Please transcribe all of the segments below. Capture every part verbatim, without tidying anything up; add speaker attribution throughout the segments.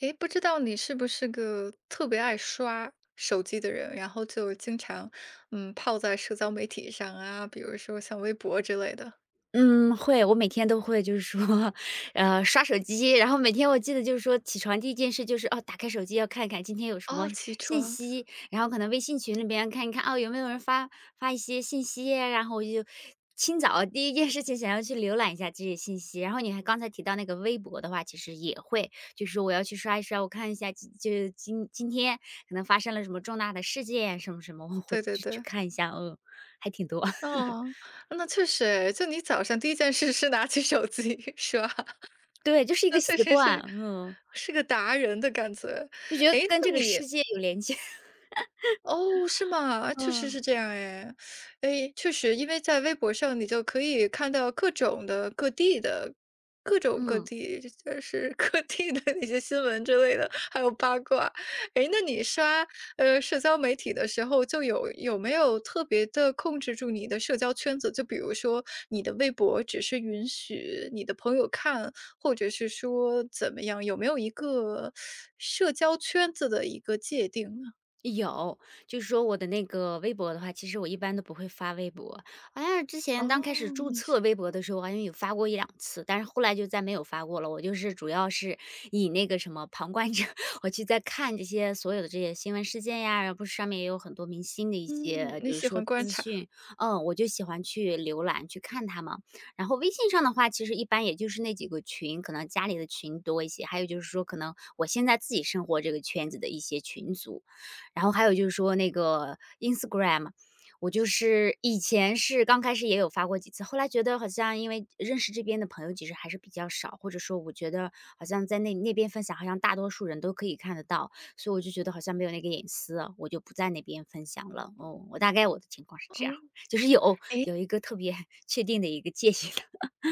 Speaker 1: 诶，不知道你是不是个特别爱刷手机的人，然后就经常，嗯，泡在社交媒体上啊，比如说像微博之类的。
Speaker 2: 嗯，会，我每天都会就是说，呃，刷手机，然后每天我记得就是说起床第一件事就是哦，打开手机要看看今天有什么
Speaker 1: 哦，起
Speaker 2: 信
Speaker 1: 床。
Speaker 2: 息，然后可能微信群里边看一看哦，有没有人发发一些信息，然后我就清早第一件事情想要去浏览一下这些信息。然后你还刚才提到那个微博的话，其实也会，就是我要去刷一刷，我看一下今就是今今天可能发生了什么重大的事件什么什么，我会
Speaker 1: 对对
Speaker 2: 去去
Speaker 1: 对。
Speaker 2: 看一下，嗯，还挺多，
Speaker 1: 哦，那确实。诶，就你早上第一件事是拿起手机 刷。
Speaker 2: 对，就是一
Speaker 1: 那
Speaker 2: 个
Speaker 1: 确
Speaker 2: 习
Speaker 1: 实
Speaker 2: 惯，
Speaker 1: 是
Speaker 2: 嗯。
Speaker 1: 是个达人的感觉。
Speaker 2: 就觉得
Speaker 1: 诶，
Speaker 2: 跟
Speaker 1: 那
Speaker 2: 这个
Speaker 1: 你
Speaker 2: 世界有连接。
Speaker 1: 哦，是吗？啊，确实
Speaker 2: 嗯，
Speaker 1: 是这样哎。哎，确实，因为在微博上你就可以看到各种的、各地的、各种各
Speaker 2: 嗯，
Speaker 1: 地，就是 各地的那些新闻之类的，还有八卦。哎，那你刷呃社交媒体的时候，就有有没有特别的控制住你的社交圈子？就比如说你的微博只是允许你的朋友看，或者是说怎么样？有没有一个社交圈子的一个界定呢？
Speaker 2: 有，就是说我的那个微博的话，其实我一般都不会发微博。好像是之前刚开始
Speaker 1: 哦，
Speaker 2: 注
Speaker 1: 你是
Speaker 2: 册微博的时候，好像有发过一两次，但是后来就再没有发过了。我就是主要是以那个什么旁观者，我去在看这些所有的这些新闻事件呀，然后不是上面也有很多明星的一
Speaker 1: 嗯，
Speaker 2: 些
Speaker 1: 你
Speaker 2: 就是
Speaker 1: 喜
Speaker 2: 说
Speaker 1: 欢观
Speaker 2: 资
Speaker 1: 察。
Speaker 2: 讯，嗯，我就喜欢去浏览去看他们。然后微信上的话，其实一般也就是那几个群，可能家里的群多一些，还有就是说可能我现在自己生活这个圈子的一些群组。然后还有就是说那个 Instagram,我就是以前是刚开始也有发过几次，后来觉得好像因为认识这边的朋友其实还是比较少，或者说我觉得好像在那那边分享，好像大多数人都可以看得到，所以我就觉得好像没有那个隐私了我就不在那边分享了。哦，我大概我的情况是这样，
Speaker 1: 哦。
Speaker 2: 就是有
Speaker 1: 诶，
Speaker 2: 有一个特别 确定的一个界限的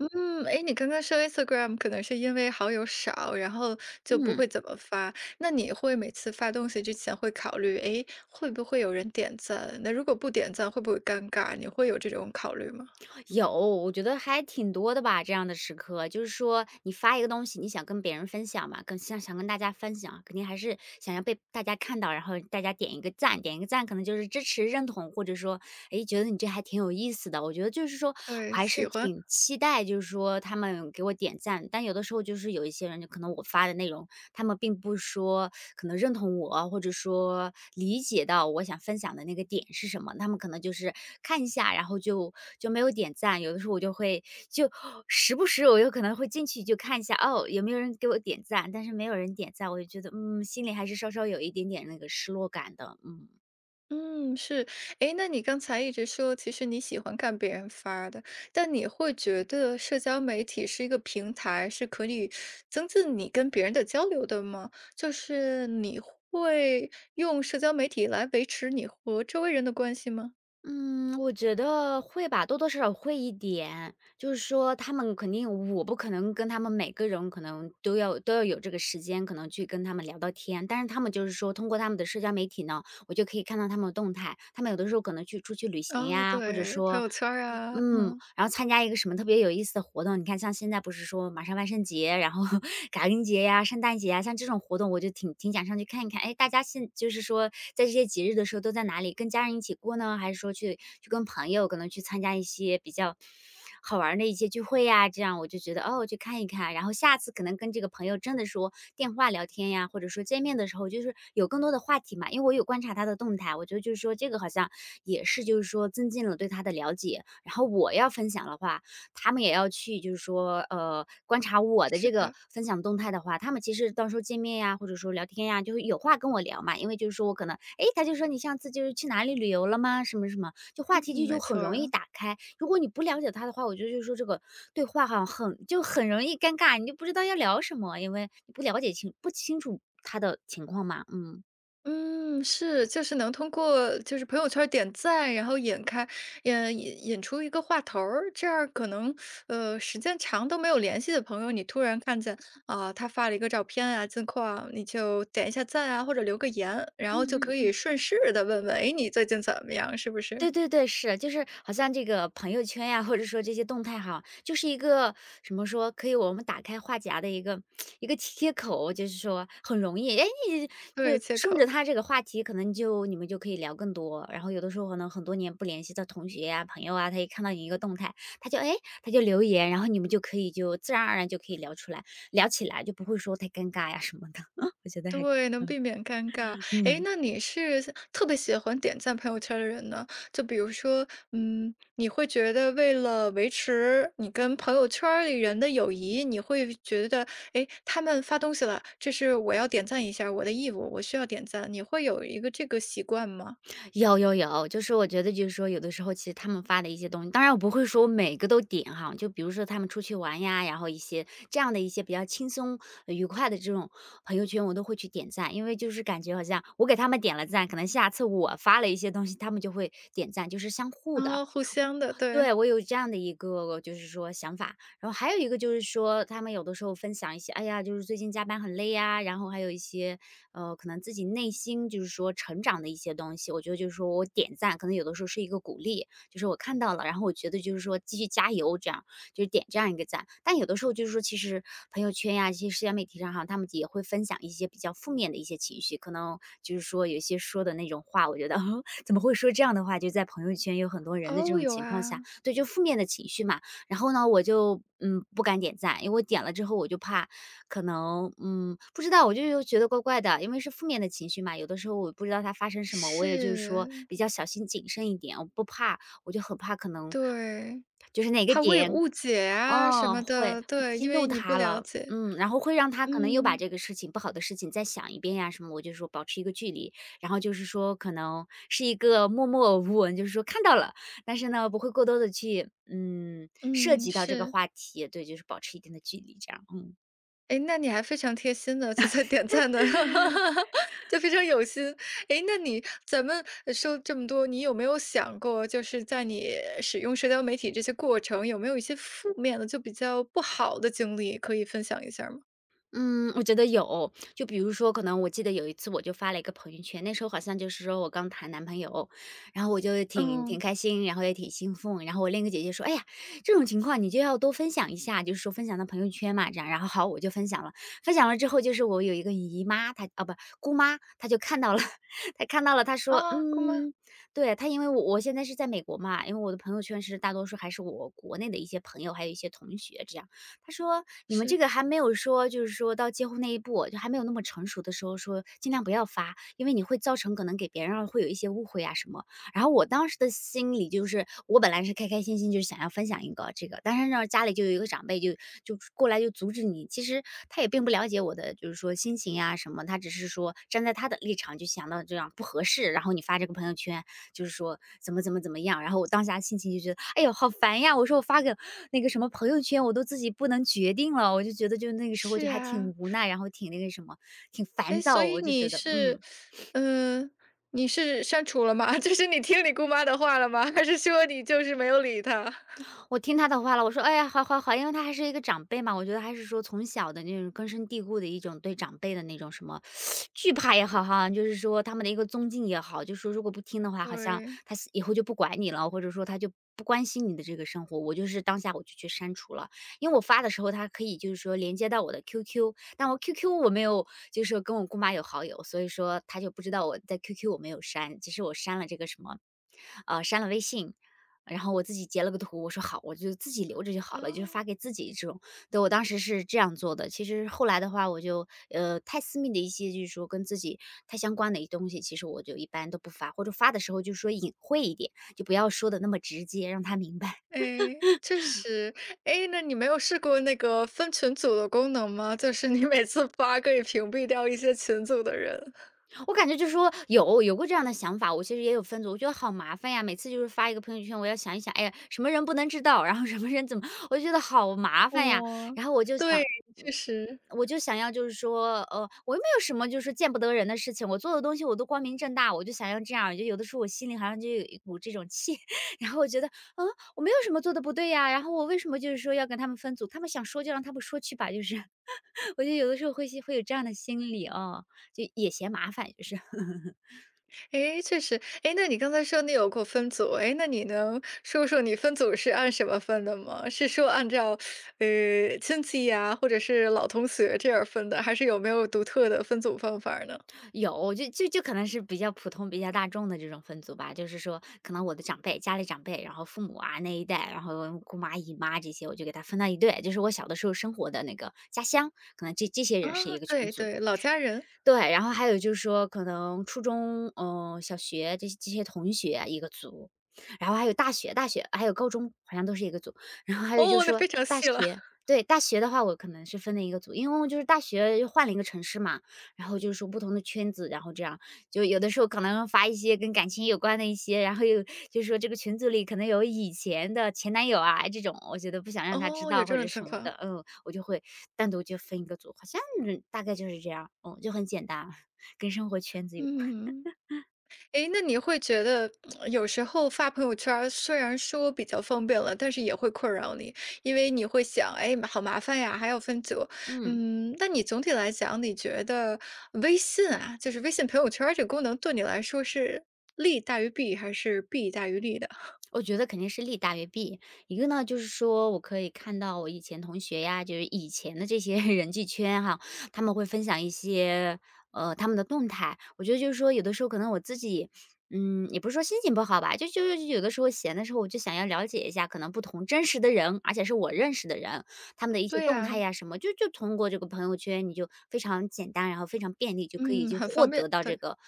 Speaker 1: 嗯，诶，你刚刚说 Instagram 可能是因为好友少，然后就不
Speaker 2: 嗯。
Speaker 1: 会怎么发。那你会每次发东西之前会考虑，诶，会不会有人点赞？那如果不点赞会不会尴尬？你会有这种考虑吗？
Speaker 2: 有，我觉得还挺多的吧，这样的时刻，就是说你发一个东西，你想跟别人分享嘛，跟想想跟大家分享，肯定还是想要被大家看到，然后大家点一个赞，点一个赞，可能就是支持、认同，或者说，诶，觉得你这还挺有意思的。我觉得就是说，我
Speaker 1: 对，
Speaker 2: 还是
Speaker 1: 喜欢。
Speaker 2: 挺期待，就是说他们给我点赞，但有的时候就是有一些人，就可能我发的内容他们并不说可能认同我，或者说理解到我想分享的那个点是什么，他们可能就是看一下，然后就就没有点赞。有的时候我就会就时不时我有可能会进去就看一下，哦，有没有人给我点赞，但是没有人点赞，我就觉得嗯，心里还是稍稍有一点点那个失落感的，嗯。
Speaker 1: 嗯，是。诶，那你刚才一直说，其实你喜欢看别人发的，但你会觉得社交媒体是一个平台，是可以增进你跟别人的交流的吗？就是你会用社交媒体来维持你和周围人的关系吗？
Speaker 2: 嗯，我觉得会吧，多多少少会一点。就是说他们肯定我不可能跟他们每个人可能都要都要有这个时间，可能去跟他们聊到天。但是他们就是说通过他们的社交媒体呢，我就可以看到他们的动态。他们有的时候可能去出去旅行
Speaker 1: 哦，
Speaker 2: 呀，或者
Speaker 1: 对，朋
Speaker 2: 说
Speaker 1: 友圈儿啊。
Speaker 2: 嗯，
Speaker 1: 嗯，
Speaker 2: 然后参加一个什么特别有意思的活动，你看像现在不是说马上万圣节，然后 感恩节呀、圣诞节呀，像这种活动我就挺挺想上去看一看。哎，大家现就是说在这些节日的时候都在哪里？跟家人一起过呢，还是说去去跟朋友可能去参加一些比较，好玩儿的一些聚会呀，这样我就觉得哦，去看一看啊。然后下次可能跟这个朋友真的说电话聊天呀，或者说见面的时候，就是有更多的话题嘛。因为我有观察他的动态，我觉得就是说这个好像也是就是说增进了对他的了解。然后我要分享的话，他们也要去就是说呃观察我的
Speaker 1: 是
Speaker 2: 这个
Speaker 1: 的。
Speaker 2: 分享动态的话，他们其实到时候见面呀，或者说聊天呀，就会有话跟我聊嘛。因为就是说我可能哎诶，他就说你上次就是去哪里旅游了吗？什么什么，就话
Speaker 1: 嗯，
Speaker 2: 题就
Speaker 1: 没
Speaker 2: 就很
Speaker 1: 错儿
Speaker 2: 容易
Speaker 1: 啊。
Speaker 2: 打开。如果你不了解他的话，我觉得就是说这个对话哈，很就很容易尴尬，你就不知道要聊什么，因为你不了解清不清楚他的情况嘛，嗯。
Speaker 1: 嗯，是，就是能通过就是朋友圈儿点赞，然后引开引引引出一个话头儿，这样儿可能呃时间长都没有联系的朋友，你突然看见啊、他发了一个照片啊近况啊，你就点一下赞啊或者留个言，然后
Speaker 2: 嗯
Speaker 1: 就可
Speaker 2: 嗯
Speaker 1: 以
Speaker 2: 嗯。
Speaker 1: 顺势的问问，哎，你最近怎么样？是不是？
Speaker 2: 对对对，是，就是好像这个朋友圈呀，或者说这些动态哈，就是一个什么说，可以我们打开话匣的一个一个切口，就是说很容易，哎，你
Speaker 1: 对，
Speaker 2: 就
Speaker 1: 切
Speaker 2: 顺着
Speaker 1: 口。
Speaker 2: 他这个话题，可能就你们就可以聊更多。然后有的时候可能很多年不联系的同学呀、朋友啊，他一看到你一个动态，他就哎他就留言，然后你们就可以就自然而然就可以聊出来，聊起来就不会说太尴尬呀什么的。我觉得还，
Speaker 1: 对，能
Speaker 2: 嗯
Speaker 1: 避免尴尬。诶，
Speaker 2: 嗯。
Speaker 1: 那你是特别喜欢点赞朋友圈儿的人呢？就比如说，嗯，你会觉得为了维持你跟朋友圈儿里人的友谊，你会觉得，诶，他们发东西了，这是我要点赞一下我的义务，我需要点赞。你会有一个这个习惯吗？
Speaker 2: 有有有，就是我觉得就是说，有的时候其实他们发的一些东西，当然我不会说我每个都点哈，就比如说他们出去玩呀，然后一些这样的一些比较轻松呃愉快的这种朋友圈，我都会去点赞，因为就是感觉好像我给他们点了赞，可能下次我发了一些东西，他们就会点赞，就是相互的。
Speaker 1: 啊，互相的，对。
Speaker 2: 对，我有这样的一个就是说想法，然后还有一个就是说，他们有的时候分享一些，哎呀，就是最近加班很累呀，然后还有一些，呃，可能自己内心就是说成长的一些东西，我觉得就是说我点赞，可能有的时候是一个鼓励，就是我看到了，然后我觉得就是说继续加油，这样就是点这样一个赞。但有的时候就是说，其实朋友圈呀、这些社交媒体上哈，他们也会分享一些比较负面的一些情绪，可能就是说有一些说的那种话，我觉得 怎么会说这样的话，就在朋友圈有很多人的这
Speaker 1: 哦，
Speaker 2: 种
Speaker 1: 有
Speaker 2: 情况下，
Speaker 1: 啊。
Speaker 2: 对，就负面的情绪嘛。然后呢，我就嗯不敢点赞，因为我点了之后我就怕可能嗯不知道，我就又觉得怪怪的，因为是负面的情绪嘛。有的时候我不知道它发生什么，我也就是说
Speaker 1: 是。
Speaker 2: 比较小心谨慎一点，我不怕，我就很怕可能
Speaker 1: 对，
Speaker 2: 就是哪个
Speaker 1: 怕会
Speaker 2: 点
Speaker 1: 误解啊什
Speaker 2: 哦，
Speaker 1: 么
Speaker 2: 会，
Speaker 1: 的，
Speaker 2: 会
Speaker 1: 对，
Speaker 2: 激
Speaker 1: 因为
Speaker 2: 怒
Speaker 1: 你不
Speaker 2: 他
Speaker 1: 了
Speaker 2: 了。
Speaker 1: 解。
Speaker 2: 嗯，然后会让他可能又把
Speaker 1: 嗯
Speaker 2: 这个事情不好的事情再想一遍呀什么，我就说保持一个距离。然后就是说可能是一个默默无闻，就是说看到了，但是呢，不会过多的去，嗯，涉
Speaker 1: 嗯，
Speaker 2: 及到这个
Speaker 1: 是。
Speaker 2: 话题，对，就是保持一定的距离这样，嗯。
Speaker 1: 哎，那你还非常贴心的就在点赞的，就非常有心。哎，那你咱们呃说这么多，你有没有想过，就是在你使用社交媒体这些过程，有没有一些负面的，就比较不好的经历可以分享一下吗？
Speaker 2: 嗯，我觉得有。就比如说，可能我记得有一次，我就发了一个朋友圈，那时候好像就是说我刚谈男朋友，然后我就挺
Speaker 1: 嗯。
Speaker 2: 挺开心，然后也挺兴奋。然后我另一个姐姐说："哎呀，这种情况你就要多分享一下，就是说分享到朋友圈嘛。"这样，然后好，我就分享了。分享了之后，就是我有一个姨妈，她啊不姑妈，她就看到了，她看到了，她说：
Speaker 1: 啊，姑妈。
Speaker 2: “嗯，对她，因为我我现在是在美国嘛，因为我的朋友圈是大多数还是我国内的一些朋友，还有一些同学这样。”他说：“你们这
Speaker 1: 是。
Speaker 2: 个还没有说，就是说到结婚那一步，就还没有那么成熟的时候说，尽量不要发，因为你会造成可能给别人会有一些误会啊什么。”然后我当时的心里就是，我本来是开开心心，就是想要分享一个这个，但是呢，家里就有一个长辈就就过来就阻止你。其实他也并不了解我的就是说心情呀、什么，他只是说站在他的立场就想到这样不合适，然后你发这个朋友圈，就是说怎么怎么怎么样，然后我当下心情就觉得，哎呦，好烦呀！我说我发个那个什么朋友圈，我都自己不能决定了，我就觉得就那个时候
Speaker 1: 是
Speaker 2: 就还挺
Speaker 1: 呀。
Speaker 2: 无奈，然后挺那个什么，挺
Speaker 1: 哎，
Speaker 2: 烦
Speaker 1: 所
Speaker 2: 躁，
Speaker 1: 以
Speaker 2: 我就
Speaker 1: 你
Speaker 2: 觉得，
Speaker 1: 是，
Speaker 2: 嗯。
Speaker 1: 嗯、你是删除了吗？就是你听你姑妈的话了吗？还是说你就是没有理她？
Speaker 2: 我听他的话了，我说：“哎呀，好好好。”因为他还是一个长辈嘛，我觉得还是说从小的那种根深蒂固的一种对长辈的那种什么惧怕也好哈，就是说他们的一个尊敬也好，就是说如果不听的话，好像
Speaker 1: 对。
Speaker 2: 他是以后就不管你了，或者说他就不关心你的这个生活。我就是当下我就去删除了，因为我发的时候他可以就是说连接到我的 Q Q，但我 Q Q 我没有就是说跟我姑妈有好友，所以说他就不知道我在 Q Q 我没有删，其实我删了这个什么呃，删了微信，然后我自己截了个图，我说好，我就自己留着就好了，就是
Speaker 1: 哦。
Speaker 2: 发给自己这种。对，我当时是这样做的，其实后来的话，我就呃太私密的一些，就是说跟自己太相关的一些东西，其实我就一般都不发，或者发的时候就说隐晦一点，就不要说的那么直接，让他明白。
Speaker 1: 哎，确实。哎，那你没有试过那个分群组的功能吗？就是你每次发可以屏蔽掉一些群组的人。
Speaker 2: 我感觉就是说有有过这样的想法，我其实也有分组，我觉得好麻烦呀，每次就是发一个朋友圈，我要想一想，哎呀，什么人不能知道，然后什么人怎么，我就觉得好麻烦呀。
Speaker 1: 哦。
Speaker 2: 然后我就
Speaker 1: 对，
Speaker 2: 想，
Speaker 1: 确
Speaker 2: 嗯
Speaker 1: 实。
Speaker 2: 我就想要就是说，呃，我又没有什么就是见不得人的事情，我做的东西我都光明正大，我就想要这样，就有的时候我心里好像就有一股这种气，然后我觉得，嗯，我没有什么做的不对呀，然后我为什么就是说要跟他们分组？他们想说就让他们说去吧，就是我觉得有的时候会心会有这样的心理哦，就也嫌麻烦，就是
Speaker 1: 哎，确实。哎，那你刚才说你有过分组，哎，那你能说说你分组是按什么分的吗？是说按照，呃，亲戚呀，或者是老同学这样分的，还是有没有独特的分组方法儿呢？
Speaker 2: 有，就就就可能是比较普通、比较大众的这种分组吧。就是说，可能我的长辈、家里长辈，然后父母啊那一代，然后姑妈、姨妈这些，我就给他分到一队。就是我小的时候生活的那个家乡，可能这这些人是
Speaker 1: 啊，
Speaker 2: 一个群
Speaker 1: 对
Speaker 2: 组，
Speaker 1: 对，老家人。
Speaker 2: 对，然后还有就是说可能初中，嗯，小学这些这些同学一个组，然后还有大学大学还有高中好像都是一个组，然后还有就
Speaker 1: 哦，
Speaker 2: 是
Speaker 1: 那
Speaker 2: 说
Speaker 1: 非常
Speaker 2: 大
Speaker 1: 细了。
Speaker 2: 学 对，大学的话我可能是分了一个组，因为我就是大学又换了一个城市嘛，然后就是说不同的圈子，然后这样。就有的时候可能发一些跟感情有关的一些，然后又就说这个群组里可能有以前的前男友啊这种，我觉得不想让他知
Speaker 1: 哦，有
Speaker 2: 道
Speaker 1: 这
Speaker 2: 或
Speaker 1: 种
Speaker 2: 者
Speaker 1: 情
Speaker 2: 什么
Speaker 1: 况。
Speaker 2: 的，嗯，我就会单独就分一个组，好像大概就是这样，嗯，就很简单，跟生活圈子有关，
Speaker 1: 嗯。诶，那你会觉得有时候发朋友圈儿虽然说比较方便了，但是也会困扰你，因为你会想，哎，好麻烦呀，还要分组。
Speaker 2: 嗯。
Speaker 1: 嗯，那你总体来讲，你觉得微信啊，就是微信朋友圈儿这个功能，对你来说是利大于弊，还是弊大于利的？
Speaker 2: 我觉得肯定是利大于弊。一个呢，就是说我可以看到我以前同学呀，就是以前的这些 人际圈哈，他们会分享一些呃他们的动态。我觉得就是说，有的时候可能我自己。嗯，也不是说心情不好吧，就就是有的时候闲的时候，我就想要了解一下可能不同真实的人，而且是我认识的人，他们的一些
Speaker 1: 对
Speaker 2: 动
Speaker 1: 呀。
Speaker 2: 态呀什么，就就通过这个朋友圈，你就非常简单，然后非常便利，就可以已
Speaker 1: 嗯，
Speaker 2: 经
Speaker 1: 很
Speaker 2: 获
Speaker 1: 方便，
Speaker 2: 得到
Speaker 1: 对。
Speaker 2: 这个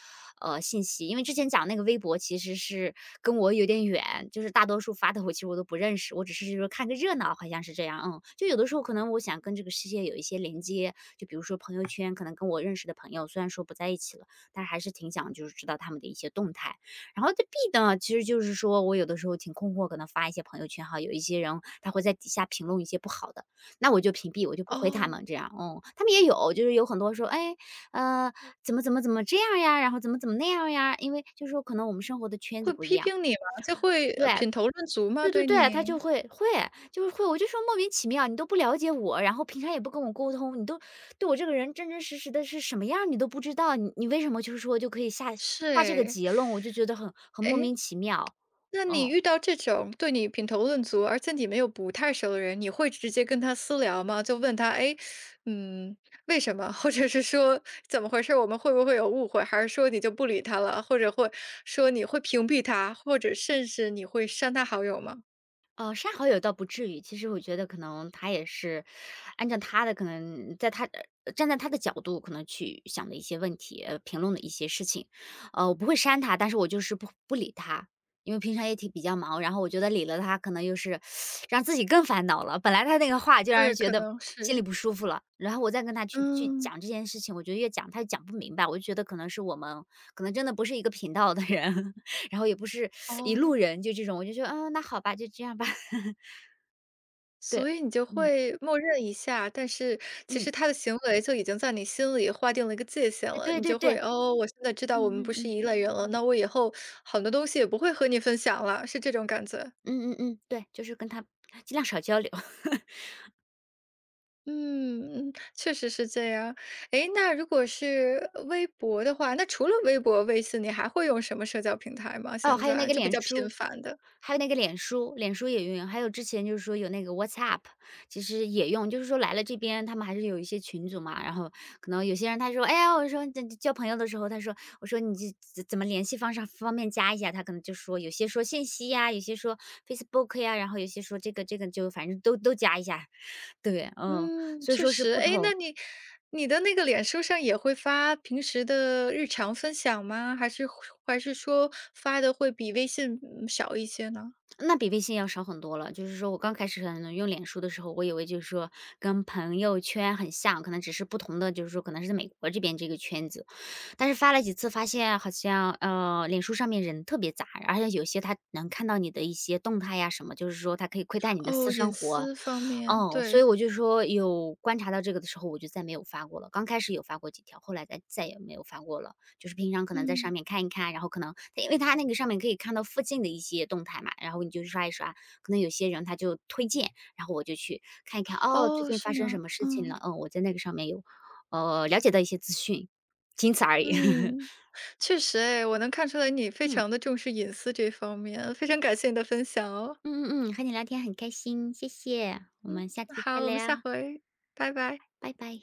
Speaker 2: 呃信息。因为之前讲那个微博其实是跟我有点远，就是大多数发的我其实我都不认识，我只是就是看个热闹，好像是这样。嗯，就有的时候可能我想跟这个世界有一些连接，就比如说朋友圈，可能跟我认识的朋友虽然说不在一起了，但是还是挺想就是知道他们的一些动态。然后这 B 呢，其实就是说我有的时候挺困惑，可能发一些朋友圈哈，有一些人他会在底下评论一些不好的，那我就屏蔽，我就不回他
Speaker 1: 哦，
Speaker 2: 们这样，嗯。他们也有，就是有很多说，哎，呃，怎么怎么怎么这样呀，然后怎么怎么那样呀，因为就是说可能我们生活的圈
Speaker 1: 会
Speaker 2: 子不一
Speaker 1: 批
Speaker 2: 样。
Speaker 1: 评你吗？就会呃
Speaker 2: 对，
Speaker 1: 品头论足吗？
Speaker 2: 对对
Speaker 1: 对
Speaker 2: 对，他就
Speaker 1: 你？
Speaker 2: 会会，就是会，我就说莫名其妙，你都不了解我，然后平常也不跟我沟通，你都对我这个人真真实实的是什么样儿你都不知道，你你为什么就是说就可以下下这个
Speaker 1: 是。
Speaker 2: 结论，我就觉得很很莫
Speaker 1: 诶，诶，
Speaker 2: 名其妙，
Speaker 1: 那你
Speaker 2: 嗯。
Speaker 1: 遇到这种对你品头论足，而且你没有不太熟的人，你会直接跟他私聊吗？就问他，哎，嗯，为什么？或者是说怎么回事？我们会不会有误会？还是说你就不理他了？或者会说你会屏蔽他，或者甚至你会删他好友吗？
Speaker 2: 呃，删好友倒不至于，其实我觉得可能他也是按照他的可能在他呃站在他的角度可能去想的一些问题，呃，评论的一些事情，呃，我不会删他，但是我就是不不理他，因为平常也挺比较忙，然后我觉得理了他可能又是让自己更烦恼了，本来他那个话就让
Speaker 1: 对，
Speaker 2: 人觉
Speaker 1: 可
Speaker 2: 得
Speaker 1: 能
Speaker 2: 心里
Speaker 1: 是。
Speaker 2: 不舒服了，然后我再跟他去去
Speaker 1: 嗯。
Speaker 2: 讲这件事情，我觉得越讲他越讲不明白，我就觉得可能是我们可能真的不是一个频道的人，然后也不是一路
Speaker 1: 哦。
Speaker 2: 人，就这种，我就说，嗯，那好吧，就这样吧。对，
Speaker 1: 所以你就
Speaker 2: 嗯
Speaker 1: 会默认一下，但是其实
Speaker 2: 嗯，
Speaker 1: 他的行为就已经在你心里划定了一个界限
Speaker 2: 哎，
Speaker 1: 了，
Speaker 2: 对
Speaker 1: 你
Speaker 2: 对
Speaker 1: 就
Speaker 2: 对，
Speaker 1: 会哦，我现在知道我
Speaker 2: 嗯
Speaker 1: 们不
Speaker 2: 嗯
Speaker 1: 是
Speaker 2: 嗯
Speaker 1: 一类人了，那我以后很多东西也不会和你分享了，是这种感觉。
Speaker 2: 嗯嗯嗯，对，就是跟他尽量少交流。
Speaker 1: 嗯，确实是这样。诶，那如果是呃微博的话，那除了微博、微信，你还会用什么社交平台吗？
Speaker 2: 哦，
Speaker 1: 现
Speaker 2: 还有那
Speaker 1: 在
Speaker 2: 个
Speaker 1: 就比
Speaker 2: 脸
Speaker 1: 较频
Speaker 2: 书。
Speaker 1: 繁的。
Speaker 2: 还有那个脸书，脸书也用，还有之前就是说有那个 WhatsApp，其实也用。就是说来了这边，他们还是有一些群组嘛，然后可能有些人他说：“哎呀，我说这这交朋友的时候，他说我说你这怎怎么联系方式方便加一下？”他可能就说有些说信息呀，有些说 Facebook 呀，然后有些说这个这个就反正都都加一下。对，嗯，
Speaker 1: 嗯，
Speaker 2: 所以
Speaker 1: 确
Speaker 2: 说是
Speaker 1: 实。
Speaker 2: 不
Speaker 1: 哎，那
Speaker 2: 同。
Speaker 1: 你你的那个脸书上也会发平时的日常分享吗？还是还是说发的会比微信，嗯，少一些呢？
Speaker 2: 那比微信要少很多了。就是说我刚开始可能用脸书的时候，我以为就是说跟朋友圈很像，可能只是不同的，就是说可能是在美国这边这个圈子。但是发了几次发现好像，呃，脸书上面人特别杂，而且有些他能看到你的一些动态呀什么，就是说他可以窥探你的
Speaker 1: 哦，
Speaker 2: 私
Speaker 1: 隐
Speaker 2: 生活。
Speaker 1: 私方面，
Speaker 2: 哦，所以
Speaker 1: 对。
Speaker 2: 我就说有观察到这个的时候，我就再没有发过了。刚开始有发过几条，后来再再也没有发过了。就是平常可能在上
Speaker 1: 嗯。
Speaker 2: 面看一看，然后可能因为他那个上面可以看到附近的一些动态嘛，然后你就刷一刷，可能有些人他就推荐，然后我就去看一看，哦，最
Speaker 1: 哦，
Speaker 2: 近
Speaker 1: 是
Speaker 2: 发生什
Speaker 1: 吗？
Speaker 2: 么事情
Speaker 1: 嗯。
Speaker 2: 了？嗯，我在那个上面有呃，了解到一些资讯，仅此而已。
Speaker 1: 嗯，确实哎，我能看出来你非
Speaker 2: 嗯，
Speaker 1: 常的重视隐私这方面，非常感谢你的分享哦。
Speaker 2: 嗯嗯嗯，和你聊天很开心，谢谢，我
Speaker 1: 嗯。
Speaker 2: 们下次再
Speaker 1: 好，我们下
Speaker 2: 聊，
Speaker 1: 回，拜拜。
Speaker 2: 拜拜。